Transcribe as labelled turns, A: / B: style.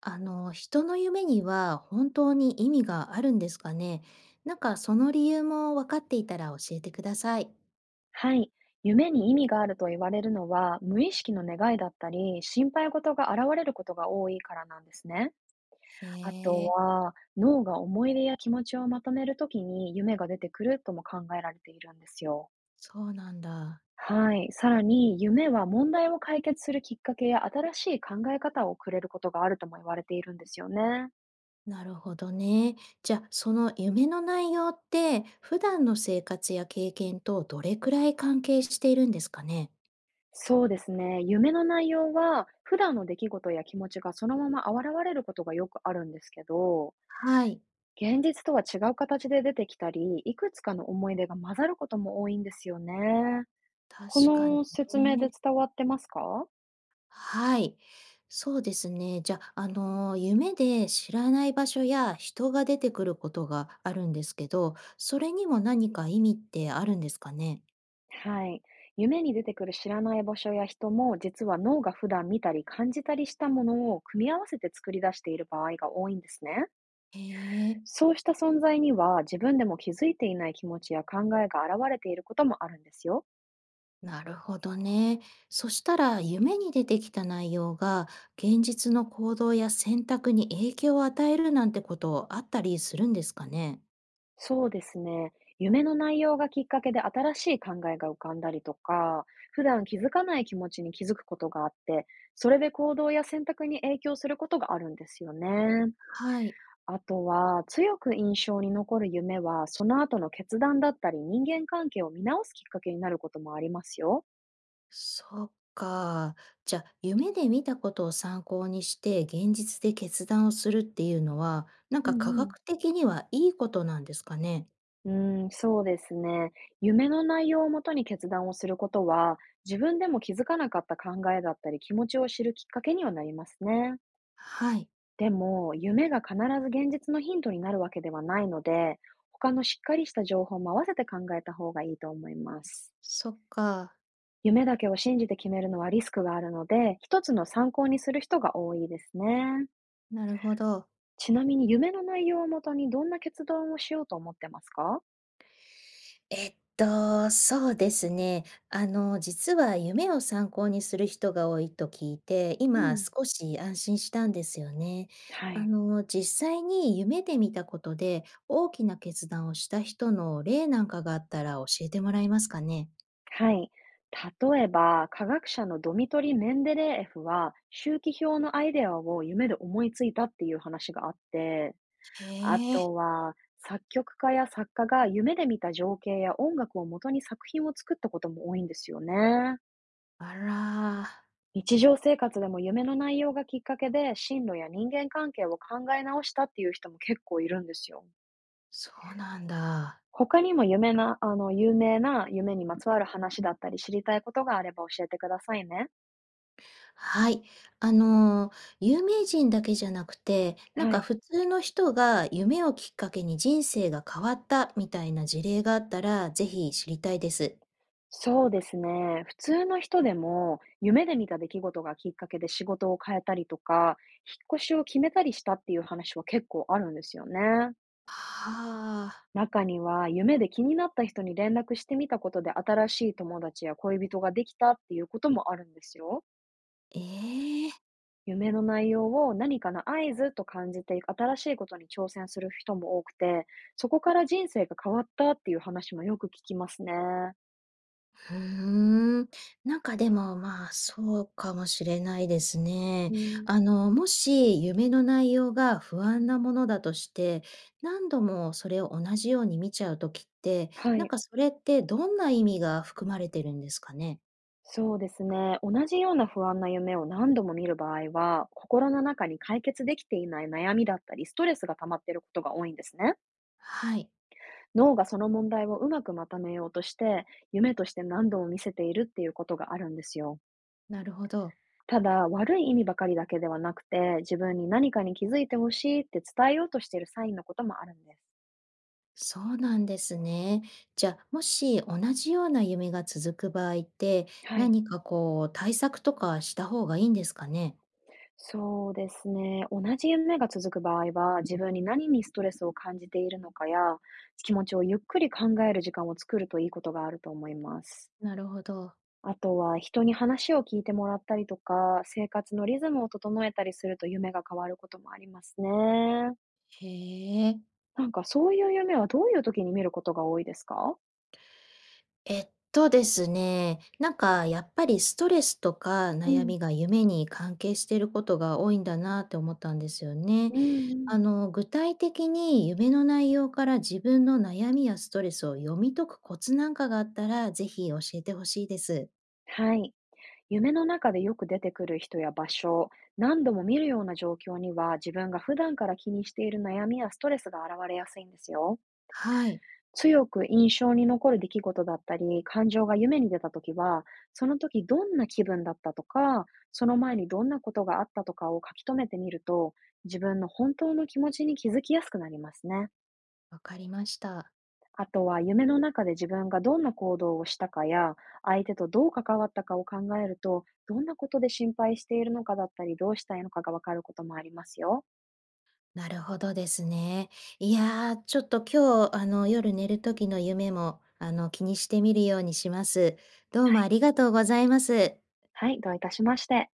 A: 人の夢には本当に意味があるんですかね。なんかその理由も分かっていたら教えてください。
B: はい。夢に意味があると言われるのは、無意識の願いだったり、心配事が現れることが多いからなんですね。
A: へ
B: あと
A: え、
B: は、脳が思い出や気持ちをまとめるときに夢が出てくるとも考えられているんですよ。
A: そうなんだ。
B: はい。さらに、夢は問題を解決するきっかけや新しい考え方をくれることがあるとも言われているんですよね。
A: なるほどね。じゃあ、その夢の内容って普段の生活や経験とどれくらい関係しているんですかね。
B: そうですね。夢の内容は、普段の出来事や気持ちがそのまま現れることがよくあるんですけど、
A: はい、
B: 現実とは違う形で出てきたり、いくつかの思い出が混ざることも多いんですよね。
A: 確
B: こ
A: かに
B: の説明で
A: ね。
B: 伝わってますか？
A: はい。そうですね。じゃあ、夢で知らない場所や人が出てくることがあるんですけど、それにも何か意味ってあるんですかね？
B: はい。夢に出てくる知らない場所や人も、実は脳が普段見たり感じたりしたものを組み合わせて作り出している場合が多いんですね。
A: へえ、
B: そうした存在には、自分でも気づいていない気持ちや考えが現れていることもあるんですよ。
A: なるほどね。そしたら夢に出てきた内容が、現実の行動や選択に影響を与えるなんてことあったりするんですかね？
B: そうですね。夢の内容がきっかけで新しい考えが浮かんだりとか、普段気づかない気持ちに気づくことがあって、それで行動や選択に影響することがあるんですよね。
A: はい。
B: あとは、強く印象に残る夢は、その後の決断だったり、人間関係を見直すきっかけになることもありますよ。
A: そっか。じゃ、あ夢で見たことを参考にして、現実で決断をするっていうのは、なん
B: う
A: か
B: ん
A: 科
B: うん。
A: 学的にはいいことなんですかね？
B: うん、そうですね。夢の内容をもとに決断をすることは、自分でも気づかなかった考えだったり、気持ちを知るきっかけにはなりますね。
A: はい、
B: でも、夢が必ず現実のヒントになるわけではないので、他のしっかりした情報も合わせて考えた方がいいと思います。
A: そっか、
B: 夢だけを信じて決めるのはリスクがあるので、一つの参考にする人が多いですね。
A: なるほど。
B: ちなみに夢の内容をもとにどんな決断をしようと思ってますか？
A: そうですね。実は夢を参考にする人が多いと聞いて、
B: う
A: 今
B: ん。
A: 少し安心したんですよね。
B: はい。
A: 実際に夢で見たことで、大きな決断をした人の例なんかがあったら教えてもらえますかね？
B: はい。例えば、科学者のドミトリ・メンデレーエフは、周期表のアイデアを夢で思いついたっていう話があって、
A: へ
B: あ
A: え、
B: とは、作曲家や作家が夢で見た情景や音楽を元に作品を作ったことも多いんですよね。
A: あら、
B: 日常生活でも夢の内容がきっかけで進路や人間関係を考え直したっていう人も結構いるんですよ。
A: そうなんだ。
B: 他にも夢な、有名な夢にまつわる話だったり知りたいことがあれば教えてくださいね。
A: はい。あの、有名人だけじゃなくて、なん
B: は
A: か
B: い。
A: 普通の人が夢をきっかけに人生が変わったみたいな事例があったら、ぜひ知りたいです。
B: そうですね。普通の人でも、夢で見た出来事がきっかけで仕事を変えたりとか、引っ越しを決めたりしたっていう話は結構あるんですよね。
A: はあ、
B: 中には、夢で気になった人に連絡してみたことで新しい友達や恋人ができたっていうこともあるんですよ。
A: ええ。
B: 夢の内容を何かの合図と感じて新しいことに挑戦する人も多くて、そこから人生が変わったっていう話もよく聞きますね。
A: うーん。なんかでも、まあ、そうかもしれないですね。
B: うん。
A: もし夢の内容が不安なものだとして、何度もそれを同じように見ちゃうときって、
B: は
A: なん
B: い。
A: かそれってどんな意味が含まれてるんですかね？
B: そうですね。同じような不安な夢を何度も見る場合は、心の中に解決できていない悩みだったり、ストレスが溜まっていることが多いんですね。
A: はい、
B: 脳がその問題をうまくまとめようとして、夢として何度も見せているっていうことがあるんですよ。
A: なるほど。
B: ただ、悪い意味ばかりだけではなくて、自分に何かに気づいてほしいって伝えようとしているサインのこともあるんです。
A: そうなんですね。じゃあ、もし同じような夢が続く場合って、
B: はい。
A: 何かこう対策とかした方がいいんですかね？
B: そうですね。同じ夢が続く場合は、自分に何にストレスを感じているのかや、気持ちをゆっくり考える時間を作るといいことがあると思います。
A: なるほど。
B: あとは、人に話を聞いてもらったりとか、生活のリズムを整えたりすると夢が変わることもありますね。
A: へえ。
B: なんかそういう夢はどういう時に見ることが多いですか？
A: えっとですね、なんかやっぱりストレスとか
B: う
A: 悩
B: ん。
A: みが夢に関係していることが多いんだなって思ったんですよね。
B: うんうん。
A: 具体的に夢の内容から自分の悩みやストレスを読み解くコツなんかがあったら、ぜひ教えてほしいです。
B: はい。夢の中でよく出てくる人や場所、何度も見るような状況には、自分が普段から気にしている悩みやストレスが現れやすいんですよ。
A: はい、
B: 強く印象に残る出来事だったり、感情が夢に出たときは、その時どんな気分だったとか、その前にどんなことがあったとかを書き留めてみると、自分の本当の気持ちに気づきやすくなりますね。
A: わかりました。
B: あとは夢の中で自分がどんな行動をしたかや、相手とどう関わったかを考えると、どんなことで心配しているのかだったり、どうしたいのかがわかることもありますよ。
A: なるほどですね。いやー、ちょっと今日、夜寝る時の夢も、気にしてみるようにします。どうもありがとうございます。
B: はい、どういたしまして。